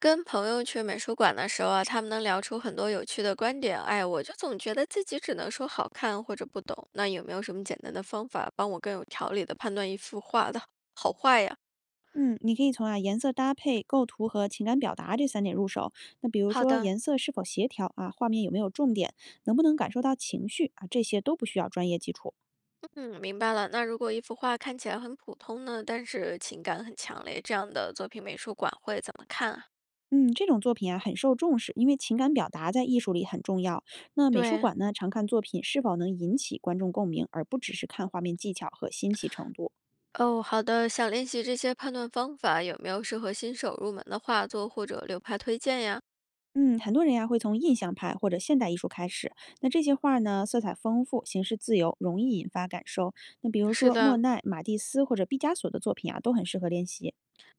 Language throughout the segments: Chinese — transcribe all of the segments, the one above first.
跟朋友去美术馆的时候啊，他们能聊出很多有趣的观点。哎，我就总觉得自己只能说好看或者不懂。那有没有什么简单的方法帮我更有条理的判断一幅画的好坏呀？嗯，你可以从啊颜色搭配、构图和情感表达这三点入手。那比如好说的，颜色是否协调啊，画面有没有重点，能不能感受到情绪啊，这些都不需要专业基础。嗯，明白了。那如果一幅画看起来很普通呢，但是情感很强烈，这样的作品美术馆会怎么看啊？嗯，这种作品啊很受重视，因为情感表达在艺术里很重要。那美术对，馆呢，常看作品是否能引起观众共鸣，而不只是看画面技巧和新奇程度。哦，好的，想练习这些判断方法，有没有适合新手入门的画作或者流派推荐呀？嗯，很多人呀会从印象派或者现代艺术开始。那这些画儿呢，色彩丰富，形式自由，容易引发感受。那比如是说莫的，奈、马蒂斯或者毕加索的作品啊，都很适合练习。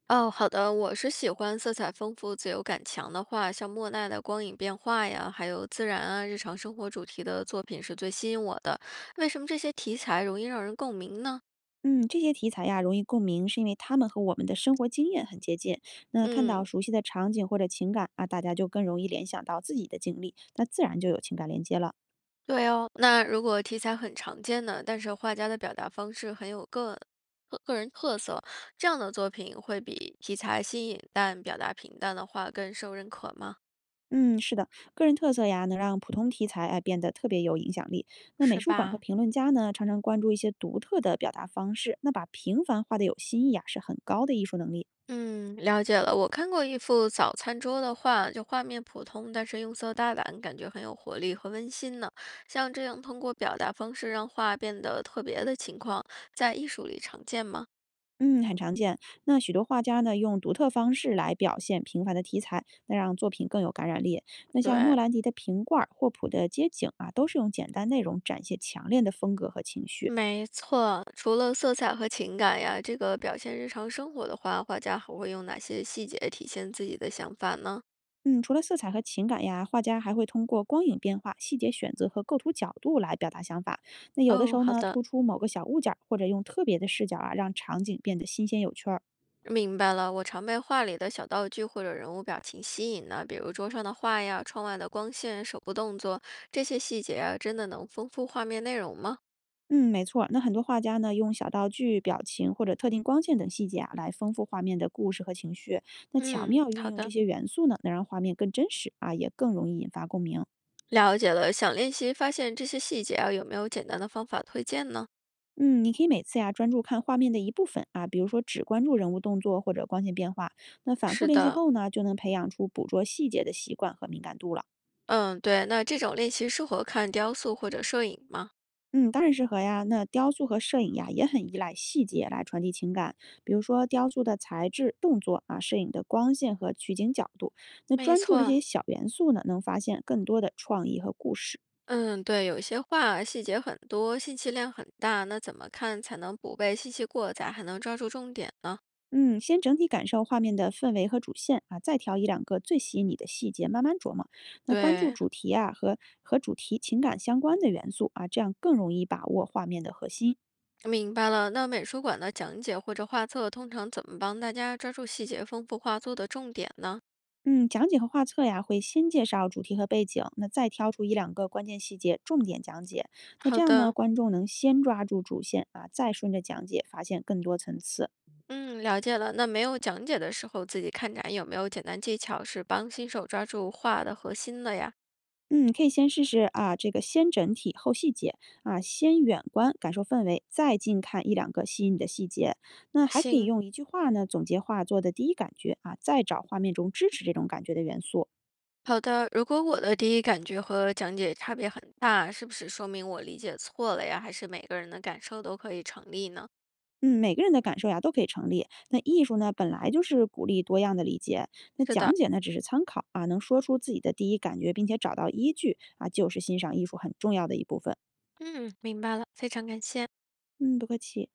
哦，好的，我是喜欢色彩丰富、自由感强的画，像莫奈的光影变化呀，还有自然啊、日常生活主题的作品是最吸引我的。为什么这些题材容易让人共鸣呢？嗯，这些题材呀容易共鸣，是因为他们和我们的生活经验很接近。那看到嗯，熟悉的场景或者情感啊，大家就更容易联想到自己的经历，那自然就有情感连接了。对哦，那如果题材很常见的，但是画家的表达方式很有个人特色，这样的作品会比题材新颖但表达平淡的画更受认可吗？嗯，是的，个人特色呀，能让普通题材哎变得特别有影响力。那美是术馆和吧？评论家呢，常常关注一些独特的表达方式，那把平凡画的有新意啊，是很高的艺术能力。嗯，了解了。我看过一幅早餐桌的画，就画面普通，但是用色大胆，感觉很有活力和温馨呢。像这样通过表达方式让画变得特别的情况，在艺术里常见吗？嗯，很常见。那许多画家呢，用独特方式来表现平凡的题材，那让作品更有感染力。那像莫对，兰迪的瓶罐儿、霍普的街景啊，都是用简单内容展现强烈的风格和情绪。没错，除了色彩和情感呀，这个表现日常生活的话，画家还会用哪些细节体现自己的想法呢？嗯，除了色彩和情感呀，画家还会通过光影变化、细节选择和构图角度来表达想法。那有的时哦，候好呢，的。突出某个小物件儿，或者用特别的视角啊，让场景变得新鲜有趣儿。明白了，我常被画里的小道具或者人物表情吸引呢，比如桌上的画呀、窗外的光线、手部动作，这些细节啊，真的能丰富画面内容吗？嗯，没错儿那很多画家呢，用小道具、表情或者特定光线等细节啊，来丰富画面的故事和情绪。那巧嗯，妙运好用这的。些元素呢，能让画面更真实啊，也更容易引发共鸣。了解了，想练习发现这些细节啊，有没有简单的方法推荐呢？嗯，你可以每次呀专注看画面的一部分啊，比如说只关注人物动作或者光线变化。那反复是练习的，后呢，就能培养出捕捉细节的习惯和敏感度了。嗯，对，那这种练习适合看雕塑或者摄影吗？嗯，当然适合呀。那雕塑和摄影呀也很依赖细节来传递情感，比如说雕塑的材质、动作啊，摄影的光线和取景角度。那没专注这些错。小元素呢，能发现更多的创意和故事。嗯，对，有些画细节很多，信息量很大，那怎么看才能不被信息过载，还能抓住重点呢？嗯，先整体感受画面的氛围和主线啊，再挑一两个最吸引你的细节，慢慢琢磨。那关注对，主题啊和主题情感相关的元素啊，这样更容易把握画面的核心。明白了，那美术馆的讲解或者画册通常怎么帮大家抓住细节、丰富画作的重点呢？嗯，讲解和画册呀，会先介绍主题和背景，那再挑出一两个关键细节重点讲解。那这好样呢，的，观众能先抓住主线啊，再顺着讲解发现更多层次。嗯，了解了。那没有讲解的时候，自己看展有没有简单技巧是帮新手抓住画的核心的呀？嗯，可以先试试啊，这个先整体后细节啊，先远观感受氛围，再近看一两个吸引你的细节。那还可以行，用一句话呢总结画作的第一感觉啊，再找画面中支持这种感觉的元素。好的。如果我的第一感觉和讲解差别很大，是不是说明我理解错了呀？还是每个人的感受都可以成立呢？嗯，每个人的感受呀都可以成立。那艺术呢本来就是鼓励多样的理解，那是讲的，解呢只是参考啊，能说出自己的第一感觉，并且找到依据啊，就是欣赏艺术很重要的一部分。嗯，明白了，非常感谢。嗯，不客气。